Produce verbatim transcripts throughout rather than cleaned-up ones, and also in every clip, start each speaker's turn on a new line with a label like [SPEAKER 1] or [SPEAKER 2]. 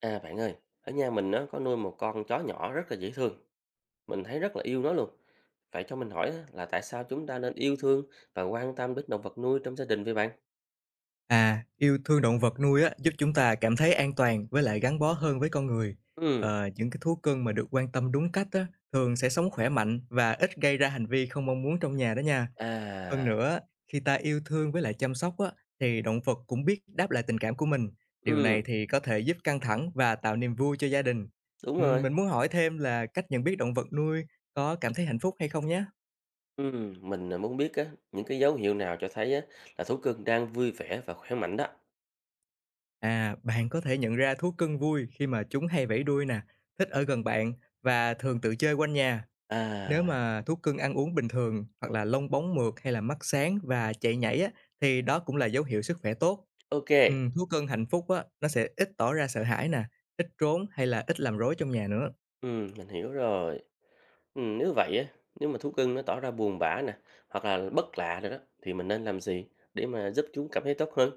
[SPEAKER 1] À bạn ơi, ở nhà mình nó có nuôi một con chó nhỏ rất là dễ thương, mình thấy rất là yêu nó luôn. Vậy cho mình hỏi á, là tại sao chúng ta nên yêu thương và quan tâm đến động vật nuôi trong gia đình vậy bạn?
[SPEAKER 2] À, yêu thương động vật nuôi á, giúp chúng ta cảm thấy an toàn với lại gắn bó hơn với con người.
[SPEAKER 1] Ừ,
[SPEAKER 2] Ờ, những cái thú cưng mà được quan tâm đúng cách á, thường sẽ sống khỏe mạnh và ít gây ra hành vi không mong muốn trong nhà đó nha. Hơn
[SPEAKER 1] à,
[SPEAKER 2] nữa, khi ta yêu thương với lại chăm sóc á, thì động vật cũng biết đáp lại tình cảm của mình. Điều
[SPEAKER 1] ừ,
[SPEAKER 2] này thì có thể giúp căng thẳng và tạo niềm vui cho gia đình.
[SPEAKER 1] đúng
[SPEAKER 2] Ừm,
[SPEAKER 1] rồi.
[SPEAKER 2] Mình muốn hỏi thêm là cách nhận biết động vật nuôi có cảm thấy hạnh phúc hay không nhé.
[SPEAKER 1] Ừ, mình à, muốn biết á, những cái dấu hiệu nào cho thấy á, là thú cưng đang vui vẻ và khỏe mạnh đó.
[SPEAKER 2] À, bạn có thể nhận ra thú cưng vui khi mà chúng hay vẫy đuôi nè, thích ở gần bạn và thường tự chơi quanh nhà.
[SPEAKER 1] À,
[SPEAKER 2] Nếu mà thú cưng ăn uống bình thường hoặc là lông bóng mượt hay là mắt sáng và chạy nhảy á, thì đó cũng là dấu hiệu sức khỏe tốt.
[SPEAKER 1] ok,
[SPEAKER 2] Ừ, thú cưng hạnh phúc á, nó sẽ ít tỏ ra sợ hãi nè, ít trốn hay là ít làm rối trong nhà nữa.
[SPEAKER 1] ừ, mình hiểu rồi. Ừ, nếu vậy á, nếu mà thú cưng nó tỏ ra buồn bã nè, hoặc là bất lạ rồi đó, thì mình nên làm gì để mà giúp chúng cảm thấy tốt hơn?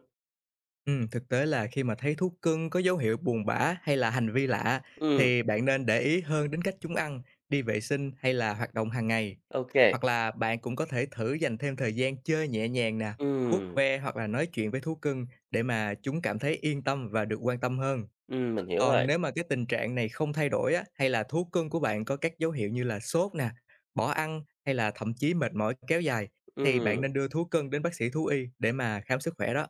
[SPEAKER 2] Ừm, thực tế là khi mà thấy thú cưng có dấu hiệu buồn bã hay là hành vi lạ,
[SPEAKER 1] Ừ,
[SPEAKER 2] thì bạn nên để ý hơn đến cách chúng ăn, đi vệ sinh hay là hoạt động hàng ngày.
[SPEAKER 1] ok.
[SPEAKER 2] Hoặc là bạn cũng có thể thử dành thêm thời gian chơi nhẹ nhàng nè, vuốt
[SPEAKER 1] Ừm,
[SPEAKER 2] ve hoặc là nói chuyện với thú cưng để mà chúng cảm thấy yên tâm và được quan tâm hơn.
[SPEAKER 1] ừm, mình hiểu
[SPEAKER 2] Còn
[SPEAKER 1] rồi.
[SPEAKER 2] nếu mà cái tình trạng này không thay đổi á, hay là thú cưng của bạn có các dấu hiệu như là sốt nè, bỏ ăn hay là thậm chí mệt mỏi kéo dài, thì bạn
[SPEAKER 1] Ừm,
[SPEAKER 2] nên đưa thú cưng đến bác sĩ thú y để mà khám sức khỏe đó.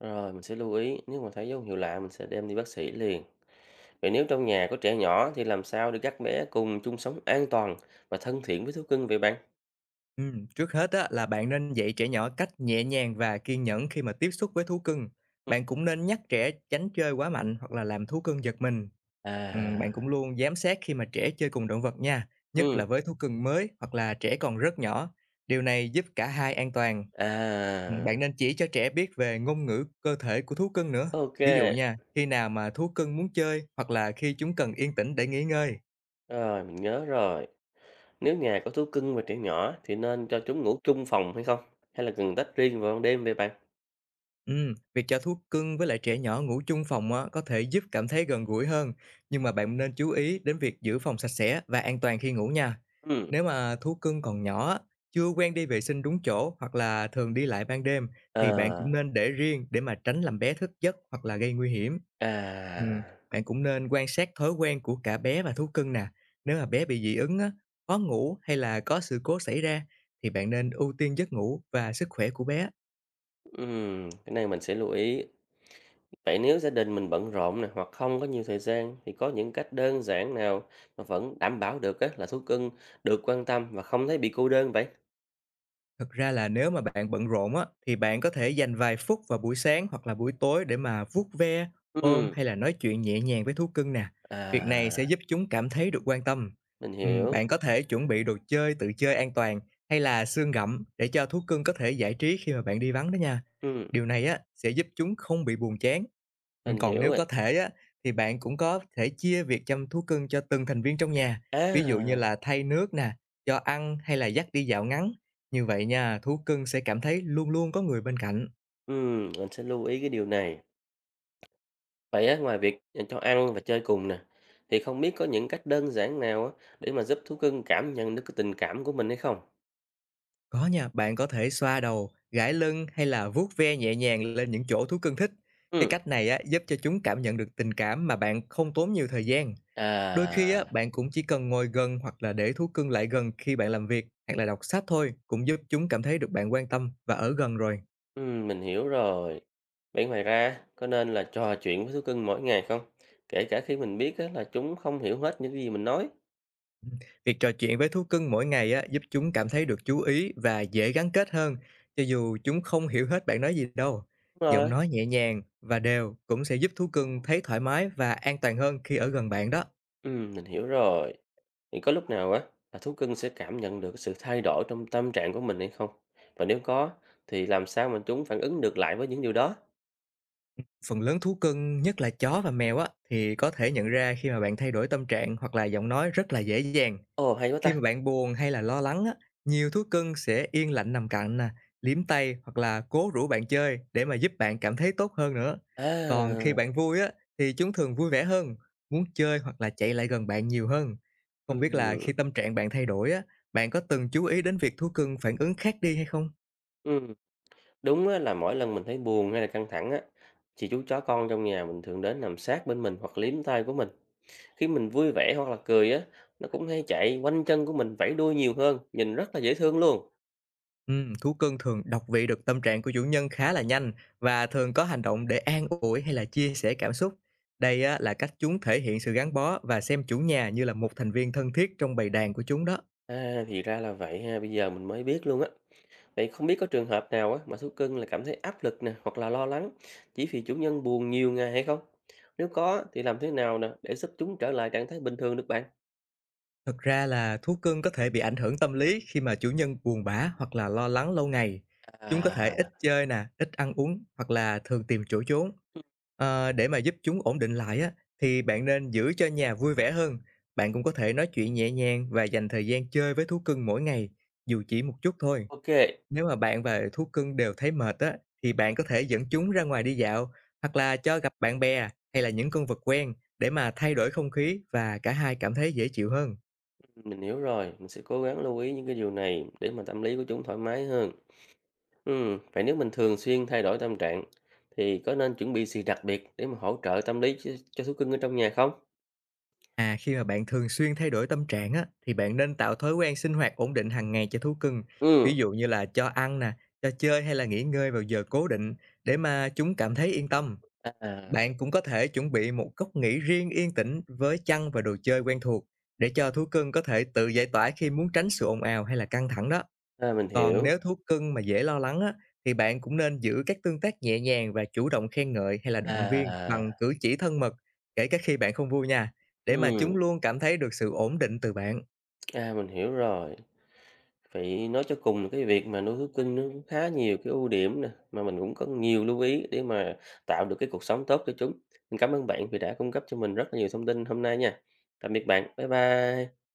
[SPEAKER 1] rồi mình sẽ lưu ý, nếu mà thấy dấu hiệu lạ mình sẽ đem đi bác sĩ liền. Vậy nếu trong nhà có trẻ nhỏ thì làm sao để các bé cùng chung sống an toàn và thân thiện với thú cưng vậy bạn?
[SPEAKER 2] Ừm, trước hết á, là bạn nên dạy trẻ nhỏ cách nhẹ nhàng và kiên nhẫn khi mà tiếp xúc với thú cưng.
[SPEAKER 1] Ừm.
[SPEAKER 2] Bạn cũng nên nhắc trẻ tránh chơi quá mạnh hoặc là làm thú cưng giật mình. Ừm,
[SPEAKER 1] À,
[SPEAKER 2] bạn cũng luôn giám sát khi mà trẻ chơi cùng động vật nha, nhất là
[SPEAKER 1] ừm,
[SPEAKER 2] với thú cưng mới hoặc là trẻ còn rất nhỏ. Điều này giúp cả hai an toàn. Ừm,
[SPEAKER 1] à,
[SPEAKER 2] Bạn nên chỉ cho trẻ biết về ngôn ngữ cơ thể của thú cưng nữa.
[SPEAKER 1] ok,
[SPEAKER 2] Ví dụ nha, khi nào mà thú cưng muốn chơi hoặc là khi chúng cần yên tĩnh để nghỉ ngơi.
[SPEAKER 1] rồi mình nhớ rồi. Nếu nhà có thú cưng và trẻ nhỏ thì nên cho chúng ngủ chung phòng hay không? Hay là cần tách riêng vào ban đêm vậy bạn?
[SPEAKER 2] Ừm, việc cho thú cưng với lại trẻ nhỏ ngủ chung phòng á, có thể giúp cảm thấy gần gũi hơn, nhưng mà bạn nên chú ý đến việc giữ phòng sạch sẽ và an toàn khi ngủ nha.
[SPEAKER 1] Ừm,
[SPEAKER 2] Nếu mà thú cưng còn nhỏ á, chưa quen đi vệ sinh đúng chỗ hoặc là thường đi lại ban đêm,
[SPEAKER 1] ờ,
[SPEAKER 2] thì bạn cũng nên để riêng để mà tránh làm bé thức giấc hoặc là gây nguy hiểm. Ừm,
[SPEAKER 1] à,
[SPEAKER 2] bạn cũng nên quan sát thói quen của cả bé và thú cưng nè. Nếu mà bé bị dị ứng á, khó ngủ hay là có sự cố xảy ra, thì bạn nên ưu tiên giấc ngủ và sức khỏe của bé.
[SPEAKER 1] ừm, cái này mình sẽ lưu ý. Vậy nếu gia đình mình bận rộn nè hoặc không có nhiều thời gian thì có những cách đơn giản nào mà vẫn đảm bảo được á, là thú cưng được quan tâm và không thấy bị cô đơn vậy?
[SPEAKER 2] Thực ra là nếu mà bạn bận rộn á, thì bạn có thể dành vài phút vào buổi sáng hoặc là buổi tối để mà vuốt ve, ôm
[SPEAKER 1] Ừm,
[SPEAKER 2] hay là nói chuyện nhẹ nhàng với thú cưng nè. Việc này sẽ
[SPEAKER 1] à,
[SPEAKER 2] giúp chúng cảm thấy được quan tâm.
[SPEAKER 1] mình
[SPEAKER 2] Ừm,
[SPEAKER 1] hiểu,
[SPEAKER 2] bạn có thể chuẩn bị đồ chơi tự chơi an toàn hay là xương gặm để cho thú cưng có thể giải trí khi mà bạn đi vắng đó nha.
[SPEAKER 1] ừm,
[SPEAKER 2] Điều này á, sẽ giúp chúng không bị buồn chán. Ừ,
[SPEAKER 1] mình
[SPEAKER 2] còn
[SPEAKER 1] hiểu
[SPEAKER 2] nếu
[SPEAKER 1] rồi.
[SPEAKER 2] có thể á, thì bạn cũng có thể chia việc chăm thú cưng cho từng thành viên trong nhà. Ví dụ như
[SPEAKER 1] À,
[SPEAKER 2] là thay nước nè, cho ăn hay là dắt đi dạo ngắn, như vậy nha, thú cưng sẽ cảm thấy luôn luôn có người bên cạnh.
[SPEAKER 1] ừm, mình sẽ lưu ý cái điều này. Vậy á, ngoài việc ờ, cho ăn và chơi cùng nè, thì không biết có những cách đơn giản nào á, để mà giúp thú cưng cảm nhận được cái tình cảm của mình hay không?
[SPEAKER 2] Có nha, bạn có thể xoa đầu, gãi lưng hay là vuốt ve nhẹ nhàng lên những chỗ thú cưng thích. Cái
[SPEAKER 1] Ừm,
[SPEAKER 2] cách này á, giúp cho chúng cảm nhận được tình cảm mà bạn không tốn nhiều thời gian. Đôi
[SPEAKER 1] à.
[SPEAKER 2] khi á, bạn cũng chỉ cần ngồi gần hoặc là để thú cưng lại gần khi bạn làm việc hoặc là đọc sách thôi, cũng giúp chúng cảm thấy được bạn quan tâm và ở gần rồi.
[SPEAKER 1] Ừm, mình hiểu rồi. Vậy ngoài ra, có nên là trò chuyện với thú cưng mỗi ngày không? Kể cả khi mình biết á, là chúng không hiểu hết những gì mình nói.
[SPEAKER 2] Việc trò chuyện với thú cưng mỗi ngày á, giúp chúng cảm thấy được chú ý và dễ gắn kết hơn, cho dù chúng không hiểu hết bạn nói gì đâu.
[SPEAKER 1] Đúng
[SPEAKER 2] Giọng
[SPEAKER 1] rồi.
[SPEAKER 2] nói nhẹ nhàng và đều cũng sẽ giúp thú cưng thấy thoải mái và an toàn hơn khi ở gần bạn đó.
[SPEAKER 1] Ừm, mình hiểu rồi. Thì có lúc nào á, là thú cưng sẽ cảm nhận được sự thay đổi trong tâm trạng của mình hay không? Và nếu có, thì làm sao mà chúng phản ứng được lại với những điều đó?
[SPEAKER 2] Phần lớn thú cưng, nhất là chó và mèo á, thì có thể nhận ra khi mà bạn thay đổi tâm trạng hoặc là giọng nói rất là dễ dàng.
[SPEAKER 1] Ồ, hay quá ta.
[SPEAKER 2] Khi mà bạn buồn hay là lo lắng á, nhiều thú cưng sẽ yên lặng nằm cạnh nè, liếm tay hoặc là cố rủ bạn chơi để mà giúp bạn cảm thấy tốt hơn nữa. Còn khi
[SPEAKER 1] À,
[SPEAKER 2] bạn vui á, thì chúng thường vui vẻ hơn, muốn chơi hoặc là chạy lại gần bạn nhiều hơn. Không biết là
[SPEAKER 1] ừm,
[SPEAKER 2] khi tâm trạng bạn thay đổi á, bạn có từng chú ý đến việc thú cưng phản ứng khác đi hay không?
[SPEAKER 1] ừm. Đúng á, là mỗi lần mình thấy buồn hay là căng thẳng á, thì chú chó con trong nhà mình thường đến nằm sát bên mình hoặc liếm tay của mình. Khi mình vui vẻ hoặc là cười á, nó cũng hay chạy quanh chân của mình vẫy đuôi nhiều hơn, nhìn rất là dễ thương luôn.
[SPEAKER 2] Ừm, thú cưng thường đọc vị được tâm trạng của chủ nhân khá là nhanh và thường có hành động để an ủi hay là chia sẻ cảm xúc. Đây á, là cách chúng thể hiện sự gắn bó và xem chủ nhà như là một thành viên thân thiết trong bầy đàn của chúng đó.
[SPEAKER 1] À, thì ra là vậy ha, bây giờ mình mới biết luôn á. Vậy không biết có trường hợp nào á mà thú cưng là cảm thấy áp lực nè hoặc là lo lắng chỉ vì chủ nhân buồn nhiều ngày hay không? Nếu có thì làm thế nào nè để giúp chúng trở lại trạng thái bình thường được bạn?
[SPEAKER 2] Thật ra là thú cưng có thể bị ảnh hưởng tâm lý khi mà chủ nhân buồn bã hoặc là lo lắng lâu ngày. Chúng có thể
[SPEAKER 1] À,
[SPEAKER 2] ít chơi nè, ít ăn uống hoặc là thường tìm chỗ trốn. Ờ, để mà giúp chúng ổn định lại á, thì bạn nên giữ cho nhà vui vẻ hơn. Bạn cũng có thể nói chuyện nhẹ nhàng và dành thời gian chơi với thú cưng mỗi ngày, dù chỉ một chút thôi.
[SPEAKER 1] ok,
[SPEAKER 2] Nếu mà bạn và thú cưng đều thấy mệt á, thì bạn có thể dẫn chúng ra ngoài đi dạo hoặc là cho gặp bạn bè hay là những con vật quen để mà thay đổi không khí và cả hai cảm thấy dễ chịu hơn.
[SPEAKER 1] mình hiểu rồi, mình sẽ cố gắng lưu ý những cái điều này để mà tâm lý của chúng thoải mái hơn. Ừ, vậy nếu mình thường xuyên thay đổi tâm trạng thì có nên chuẩn bị gì đặc biệt để mà hỗ trợ tâm lý cho, cho thú cưng ở trong nhà không?
[SPEAKER 2] À, khi mà bạn thường xuyên thay đổi tâm trạng á, thì bạn nên tạo thói quen sinh hoạt ổn định hàng ngày cho thú cưng.
[SPEAKER 1] Ừ,
[SPEAKER 2] Ví dụ như là cho ăn nè, cho chơi hay là nghỉ ngơi vào giờ cố định để mà chúng cảm thấy yên tâm.
[SPEAKER 1] à,
[SPEAKER 2] Bạn cũng có thể chuẩn bị một góc nghỉ riêng yên tĩnh với chăn và đồ chơi quen thuộc để cho thú cưng có thể tự giải tỏa khi muốn tránh sự ồn ào hay là căng thẳng đó.
[SPEAKER 1] à, mình
[SPEAKER 2] Còn
[SPEAKER 1] hiểu.
[SPEAKER 2] nếu thú cưng mà dễ lo lắng á, thì bạn cũng nên giữ các tương tác nhẹ nhàng và chủ động khen ngợi hay là động viên
[SPEAKER 1] À,
[SPEAKER 2] bằng cử chỉ thân mật, kể cả khi bạn không vui nha, để mà chúng
[SPEAKER 1] ừ,
[SPEAKER 2] luôn cảm thấy được sự ổn định từ bạn.
[SPEAKER 1] à, mình hiểu rồi. Vậy nói cho cùng là cái việc mà nuôi thú cưng nó cũng khá nhiều cái ưu điểm nè, mà mình cũng có nhiều lưu ý để mà tạo được cái cuộc sống tốt cho chúng. Mình cảm ơn bạn vì đã cung cấp cho mình rất là nhiều thông tin hôm nay nha. Tạm biệt bạn. Bye bye.